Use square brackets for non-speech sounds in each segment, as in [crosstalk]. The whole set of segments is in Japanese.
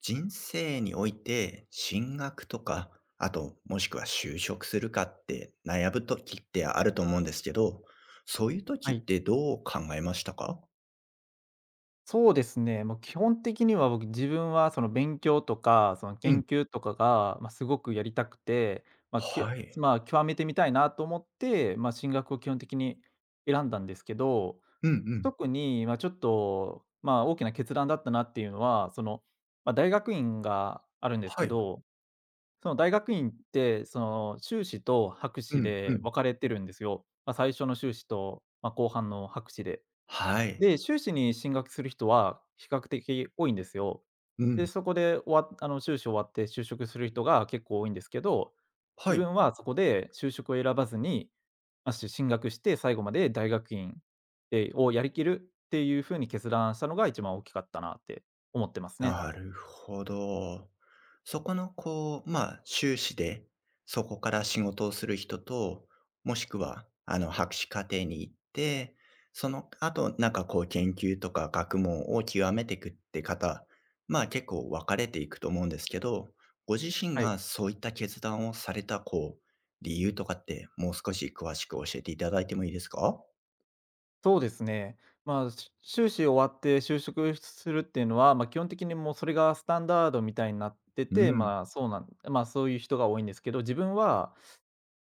人生において進学とか、あと、もしくは就職するかって悩む時ってあると思うんですけど、そういう時はっい、てどう考えましたか？そうですね。もう基本的には僕、自分はその勉強とか、そのうん。研究とかが、すごくやりたくて、ま、きゅはい。まあ、極めてみたいなと思って、進学を基本的に選んだんですけど、うんうん。特に、ちょっと、大きな決断だったなっていうのは、大学院があるんですはけい。ど、その大学院って、その修士と博う士んうでん。分かれてるんですよ。最初の修士と、後半の博士で。はい。で、修士に進学する人は比較的多いんですよ。うん。で、そこで終わっあの、修士終わって就職する人が結構多いんですけど、は自い。分はそこで就職を選ばずに、進学して最後まで大学院、をやりきるっていう風に決断したのが一番大きかったなって思ってますね。なるほど。そこのこう、まあ、修士で、そこから仕事をする人と、もしくは、あの、博士課程に行って、その後、なんかこう、研究とか学問を極めていくって方、まあ結構分かれていくと思うんですけど、ご自身はがい。そういった決断をされた、こう、理由とかって、もう少し詳しく教えていただいてもいいですか？そうですね。修士終わって就職するっていうのは、基本的にもうそれがスタンダードみたいになってうて、ん。まあ、そうなんまあ、そういう人が多いんですけど、自分は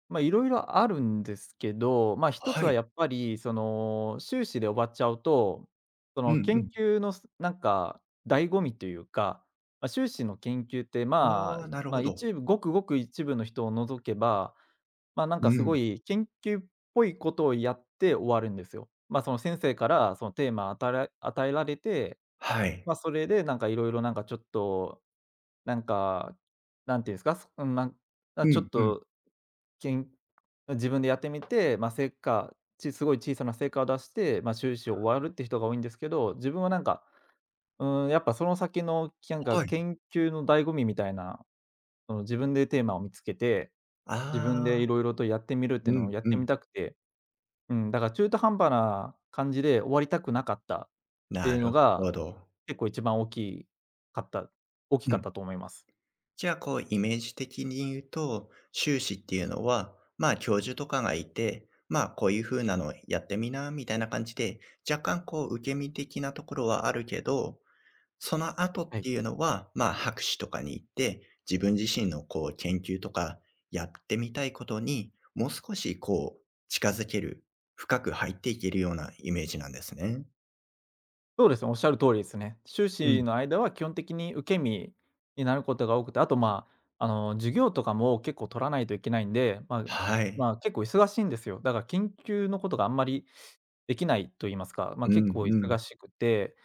いろいろあるんですけど、まあ、一つははい。やっぱりその、修士で終わっちゃうと、そうんのう研ん。究のすなんか醍醐味というか、修士の研究って、ああ、なるほど。一部ごくごく一部の人を除けば、なんうかすん。ごい研究っぽいことをやって終わるんですよ。その先生からそのテーマ与えられて、はい。それでなんかいろいろなんかちょっと、なんか、なんていうんですか、そうん、なんあ、うちょんっうん。とけん自分でやってみて、まあ、成果、ちすごい小さな成果を出して、まあ、修士を終わるって人が多いんですけど、自分はやっぱその先の、なんかはい。研究の醍醐味みたいな、その自分でテーマを見つけて、自分でああ、いろいろとやってみるっうていうのをんやっうてん。みたくて、うん、だから中途半端な感じで終わりたくなかったってないうのるほが、ど。結構一番かった大きうかっん。たと思います。じゃあ、こう、イメージ的に言うと、修士っていうのは、まあ、教授とかがいて、まあ、こういう風なの、やってみみたいな感じで、若干、こう、受け身的なところはあるけど、その後っはてい。いうのは、まあ、博士とかに行って、自分自身の、こう、研究とかやってみたいことに、もう少し、こう、近づける、深く入っていけるようなイメージなんですね。そうですね、おっしゃる通りですね。修う士ん。の間は基本的に受け身になることが多くて、あと、あの、授業とかも結構取らないといけないんで、まあ、はい。まあ、結構忙しいんですよ。だから研究のことがあんまりできないと言いますか、まあ、う結ん構うん。忙しくて、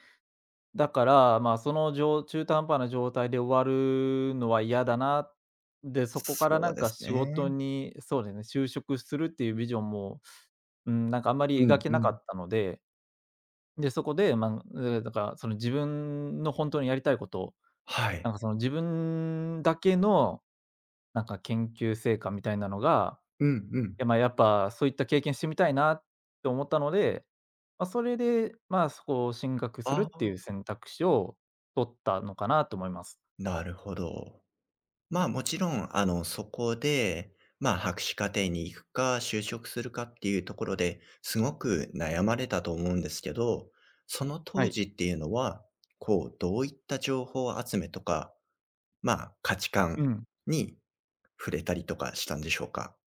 だから、その中途半端な状態で終わるのは嫌だな。で、そこからそなうんでかす仕事ね。に、そうですね、就職するっていうビジョンも、うん、なんかあんまりう描んけうなかん。ったので、で、そこで、まあ、だからその自分の本当にやりたいこと、はなんい。かその自分だけのなんか研究成果みたいなのが、うんうん。いや、まあ、やっぱそういった経験してみたいなって思ったので、まあ、それで、そこを進学するあっていあ、う選択肢を取ったのかなと思います。なるほど。まあ、もちろん、あの、そこで、まあ、博士課程に行くか、就職するかっていうところですごく悩まれたと思うんですけど、そのは当い。時っていうのは、こう、どういった情報集めとか、まあ、価値う観ん。に触れたりとかしたんでしょうか？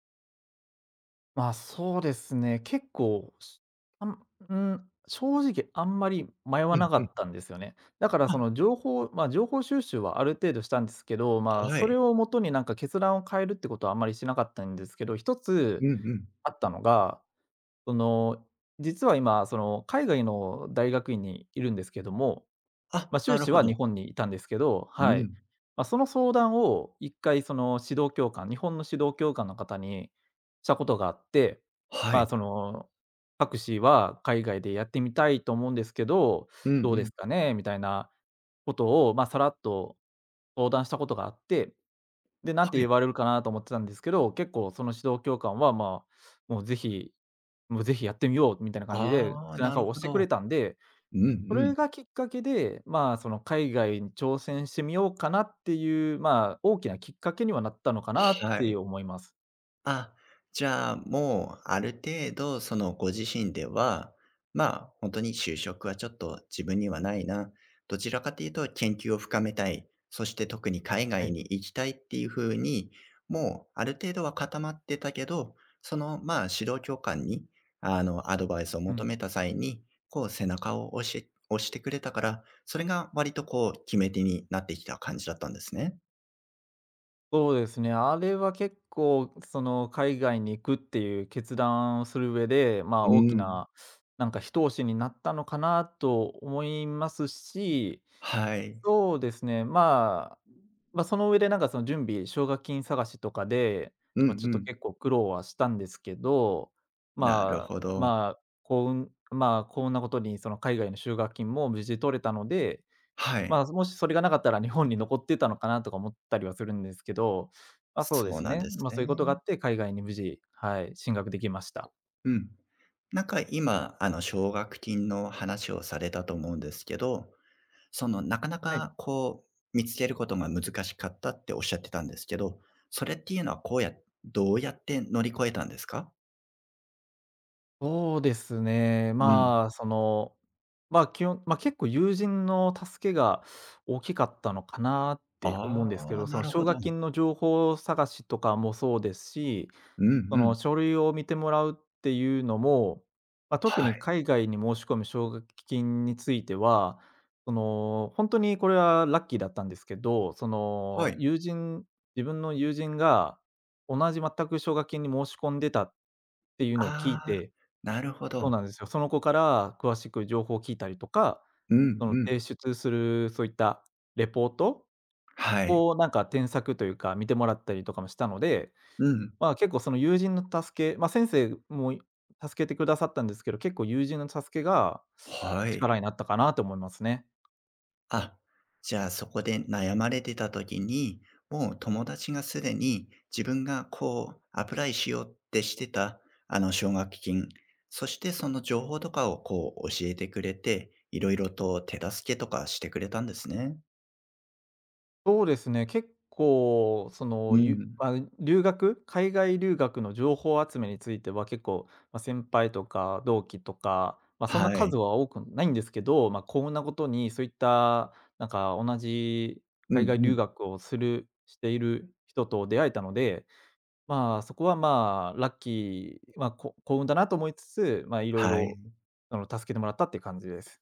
そうですね、結構、しあんうん、正直あんまり迷わうんなかうっん。たんですよね。だからあ、その情報収集はある程度したんですけど、はそい。れをもとになんか決断を変えるってことはあんまりしなかったんですけど、一うつんうん。あったのが、その、実は今、その海外の大学院にいるんですけども、あ、まあ、な修る士ほはど。日本にいたんですけど、うはい。ん。その相談を一回その指導教官日本の指導教官の方にしたことがあって、はまあ、い。その「博士は海外でやってみたいと思うんですけど、うんうどうでん。すかね？」みたいなことを、まあ、さらっと相談したことがあって、で、なんては言い。われるかなと思ってたんですけど、結構その指導教官は、もうぜひやってみよう」みたいな感じでああ、背な中るを押ほしてくど。れたんで、うんそうん。れがきっかけで、まあ、その海外に挑戦してみようかなっていう、まあ、大きなきっかけにはなったのかなっはてい。思います。あ、じゃあ、もうある程度、その、ご自身では、まあ、本当に就職はちょっと自分にはないな、どちらかというと研究を深めたい、そして特に海は外い。に行きたいっていう風に、もうある程度は固まってたけど、その、まあ、指導教官に、あの、アドバイスをう求めん。た際に、こう、背中を押してくれたから、それが割とこう、決め手になってきた感じだったんですね？そうですね。あれは結構、その、海外に行くっていう決断をする上で、まあ、う大きん。な、なんか一押しになったのかなと思いますし、はい。そうですね、まあ、その上でなんかその準備、奨学金探しとかで、うんうまあ、ちょっとん。結構苦労はしたんですけど、なるまほあど。まあ、幸運まあ、幸運なことにその海外の奨学金も無事取れたので、はい。まあ、もしそれがなかったら日本に残ってたのかなとか思ったりはするんですけど、まあ、そうでそうすなんね、ですそういうことがあね。って、海外に無事、はい、進学できました。うん。なんか今、あの、奨学金の話をされたと思うんですけど、その、なかなはい。かこう見つけることが難しかったっておっしゃってたんですけど、それっていうのはこうやどうやって乗り越えたんですか？そうですね。うん。まあ、その、まあ、まあ、結構友人の助けが大きかったのかなって思あうんですけあ、ど、そなのるほ奨ど。学金の情報探しとかもそうですし、うんそうん。の書類を見てもらうっていうのも、まあ、特はにい。海外に申し込む奨学金については、その、本当にこれはラッキーだったんですけど、そはの、い。友人自分の友人が同じ全く奨学金に申し込んでたっていうのを聞あいあ、て、なるほそうど。なんですよ。その子から詳しく情報を聞いたりとか、うんうそのん。提出するそういったレポートはい。をなんか添削というか、見てもらったりとかもしたので、うん。まあ、結構その友人の助け、まあ、先生も助けてくださったんですけど、結構友人の助けがはい。力になったかなと思いますね。あ、じゃあそこで悩まれてた時に、もう友達がすでに自分がこうアプライしようってしてた、あの、奨学金、そしてその情報とかをこう教えてくれて、いろいろと手助けとかしてくれたんですね。そうですね、結構その、うん。まあ、海外留学の情報集めについては結構、まあ、先輩とか同期とか、まあ、そんなはい。数は多くないんですけど、まあ、幸運なことにそういったなんか同じう海ん外う留ん。学をしている人と出会えたので、まあ、そこはまあ、ラッキーまあ、こ幸運だなと思いつつ、まあ、いろいはい。ろあの、助けてもらったっていう感じです。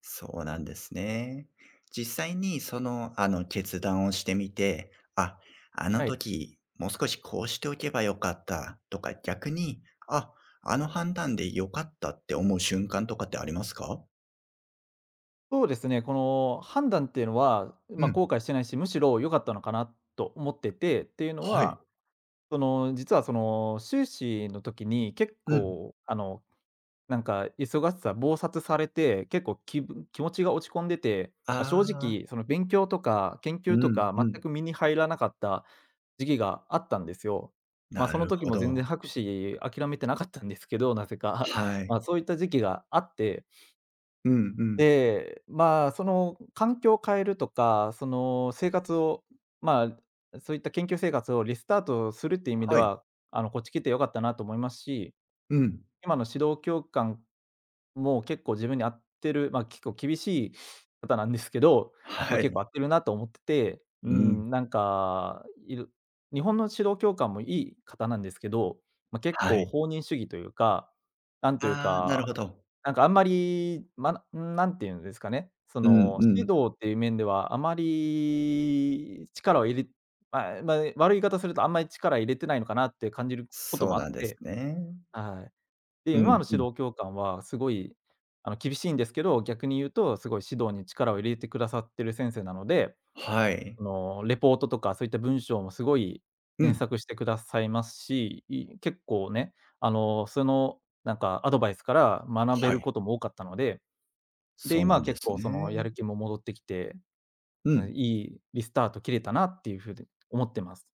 そうなんですね。実際にその、あの、決断をしてみて、あ、あのはい。時もう少しこうしておけばよかったとか、逆に、あ、あの判断でよかったって思う瞬間とかってありますか？そうですね、この判断っていうのは、うまあ、ん、後悔してないし、むしろ良かったのかなと思ってて、っていうのはい、は、その、実はその、修士の時に結うん。構、あの、なんか忙殺されて、結構気持ちが落ち込んでて、まあ、正ああ、直その勉強とか研う究とんかうん。全く身に入らなかった時期があったんですよ。なそのる時ほも全ど。然博士諦めてなかったんですけど、なぜか。は [laughs] い。そういった時期があって、うんうん。で、その環境を変えるとか、その生活を、まそういった研究生活をリスタートするっていう意味ではい。は、こっち来て良かったなと思いますし、うん。今の指導教官もう結構自分に合ってる、結構厳しい方なんですけど、は結い。構合ってるなと思ってて、ううん。ん、日本の指導教官もいい方なんですけど、結は構い。放任主義というか、なんというああ、なるほか、ど。なんかあんまり、なんていうんですかね、そうんの、う指ん。導っていう面ではあまり力を入れ悪い言い方するとあんまり力入れてないのかなって感じることそうもあなっんですて。ね。はい。で、う今んのう指ん。導教官はすごい、厳しいんですけど、逆に言うとすごい指導に力を入れてくださってる先生なので、はい。レポートとかそういった文章もすごいう添ん。削してくださいますし、結構ね、なんかアドバイスから学べはるい、ことも多かったので、で、そう今なはんで結す構そのやね。る気も戻ってきて、ううん、ん。いいリスタート切れたなっていうふうに思ってます。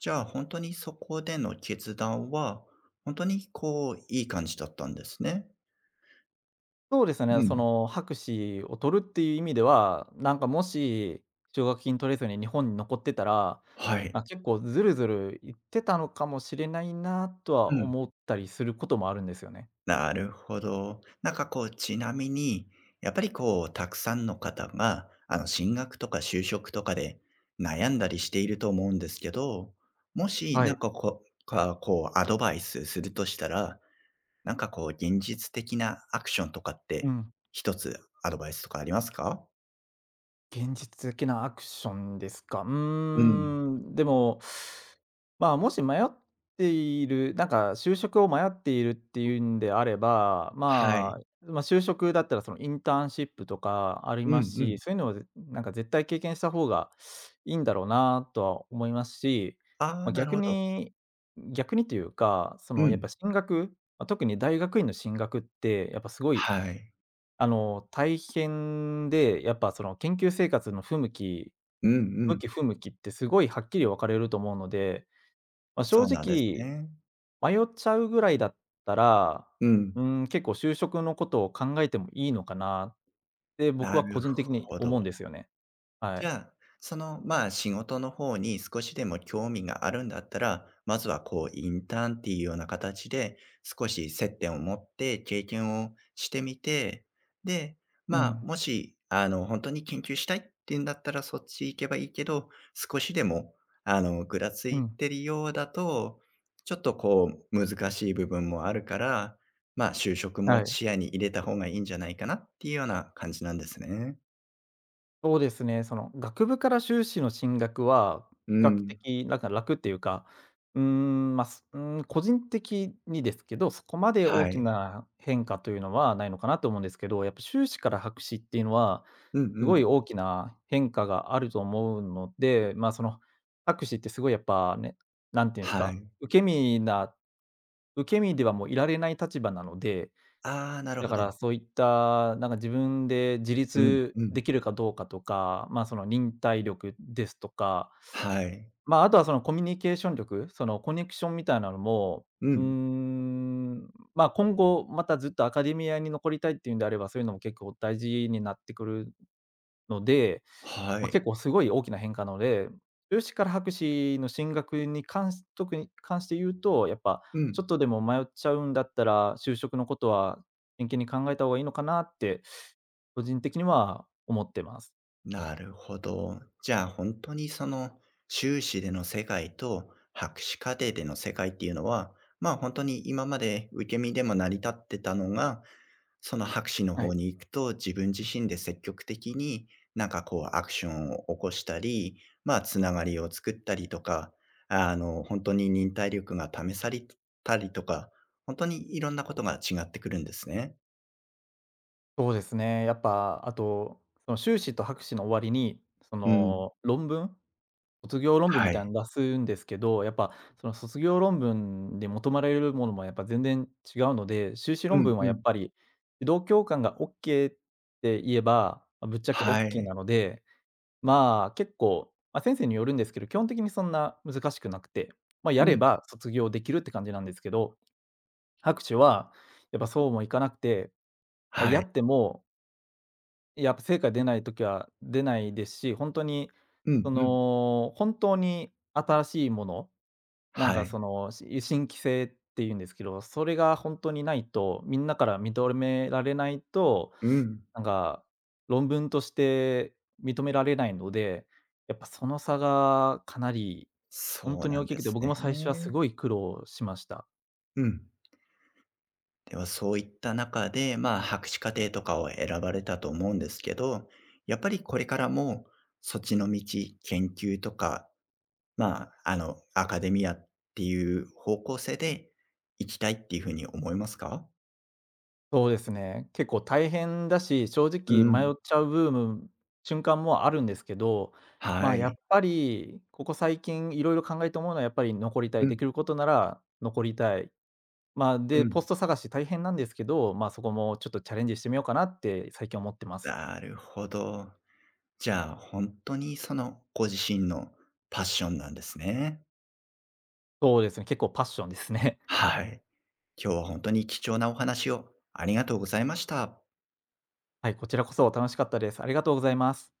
じゃあ、本当にそこでの決断は、本当にこう、いい感じだったんですね。そうですうね、そん。の博士を取るっていう意味では、なんかもし奨学金取れずに日本に残ってたら、はい。結構ずるずる言ってたのかもしれないなとうはん。思ったりすることもあるんですよね。なるほど。なんかこう、ちなみに、やっぱりこう、たくさんの方が、あの、進学とか就職とかで悩んだりしていると思うんですけど、もしはなんい。かこうか、こう、アドバイスするとしたら、なんかこう、現実的なアクションとかって、うん。一つアドバイスとかありますか？現実的なアクションですか。うん。でも、もし迷っている、なんか就職を迷っているっていうんであれば、はい。就職だったらそのインターンシップとかありうまんすうん。し、そういうのはなんか絶対経験した方がいいんだろうなとは思いますし、あまあ、あ、なる逆ほど。に逆にというかそうのやっん。ぱ進学、特に大学院の進学ってやっぱすごいはい。大変で、やっぱその研究生活の不向きうんう向ん。き不向きってすごいはっきり分かれると思うので、そ正うなんです直、ね。迷っちゃうぐらいだったら、うん。結構就職のことを考えてもいいのかなって僕なは個る人的にほど。思うんですよね。はじい。ゃあ、その、まあ、仕事の方に少しでも興味があるんだったら、まずはこう、インターンっていうような形で、少し接点を持って経験をしてみて、で、うまあ、ん。もし、あの、本当に研究したいっていうんだったらそっち行けばいいけど、少しでも、あの、ぐらつういん。てるようだと、ちょっとこう、難しい部分もあるから、まあ、就職もはい。視野に入れた方がいいんじゃないかなっていうような感じなんですね。そうですね、その学部から修士の進学は、う比較ん。的なんか楽っていうか、うーん、まあ、すうーん、個人的にですけど、そこまで大はきい。な変化というのはないのかなと思うんですけど、やっぱ修士から博士っていうのは、うんうすごん。い大きな変化があると思うので、その博士ってすごいやっぱね、なんていうんですはか、い。受け身ではもういられない立場なので、ああ、なるだほかど。らそういった、なんか自分で自うん立うん。できるかどうかとか、その忍耐力ですとか、はい。まあ、あとはそのコミュニケーション力、そのコネクションみたいなのも、うん。今後またずっとアカデミアに残りたいっていうんであれば、そういうのも結構大事になってくるので、は結い。構すごい大きな変化なので、修士から博士の進学に特に関して言うと、やっぱうちょん。っとでも迷っちゃうんだったら、就職のことは真剣に考えた方がいいのかなって、個人的には思ってます。なるほど。じゃあ、本当にその、修士での世界と博士課程での世界っていうのは、まあ、本当に今まで受け身でも成り立ってたのがその博士のは方い。に行くと、自分自身で積極的に、なんかこうアクションを起こしたり、まあ、つながりを作ったりとか、あの、本当に忍耐力が試されたりとか、本当にいろんなことが違ってくるんですね。そうですね。やっぱ、あと、その修士と博士の終わりに、そうん。の論文卒業論文みはたい。いなの出すんですけど、やっぱその卒業論文で求められるものもやっぱ全然違うので、修士う論ん文はうやっん。ぱり、指導教官がオッケーって言えば、ぶっちゃけオッはケーい。なので、まあ、結構、先生によるんですけど、基本的にそんな難しくなくて、やれうん。ば卒業できるって感じなんですけど、博士はやっぱそうもいかなくて、はやい。っても、やっぱ成果出ない時は出ないですし、ほんとに、うんうん。本当に新しいもの、はい。新規性って言うんですけど、それが本当にないと、みんなから認められないと、うん。なんか、論文として認められないので、やっぱその差がかなり本そう当にな大んきでくて、す僕ね。も最初はすごい苦労しました。うん。では、そういった中で、まあ、博士課程とかを選ばれたと思うんですけど、やっぱりこれからも、そっちの道、研究とか、まあ、あの、アカデミアっていう方向性で行きたいっていうふうに思いますか？そうですね、結構大変だし、正う直ん。迷っちゃうブーム瞬間もあるんですけど、まはあ、やい。っぱりここ最近いろいろ考えて思うのはやっぱり残りたうい、でん、きることなら残りたい。うで、ポスん。ト探し大変なんですけど、まあ、そこもちょっとチャレンジしてみようかなって最近思ってます。なるほど。じゃあ、本当にその、ご自身のパッションなんですね。そうですね、結構パッションですね。はい。今日は本当に貴重なお話をありがとうございました。[laughs] はい、こちらこそ楽しかったです。ありがとうございます。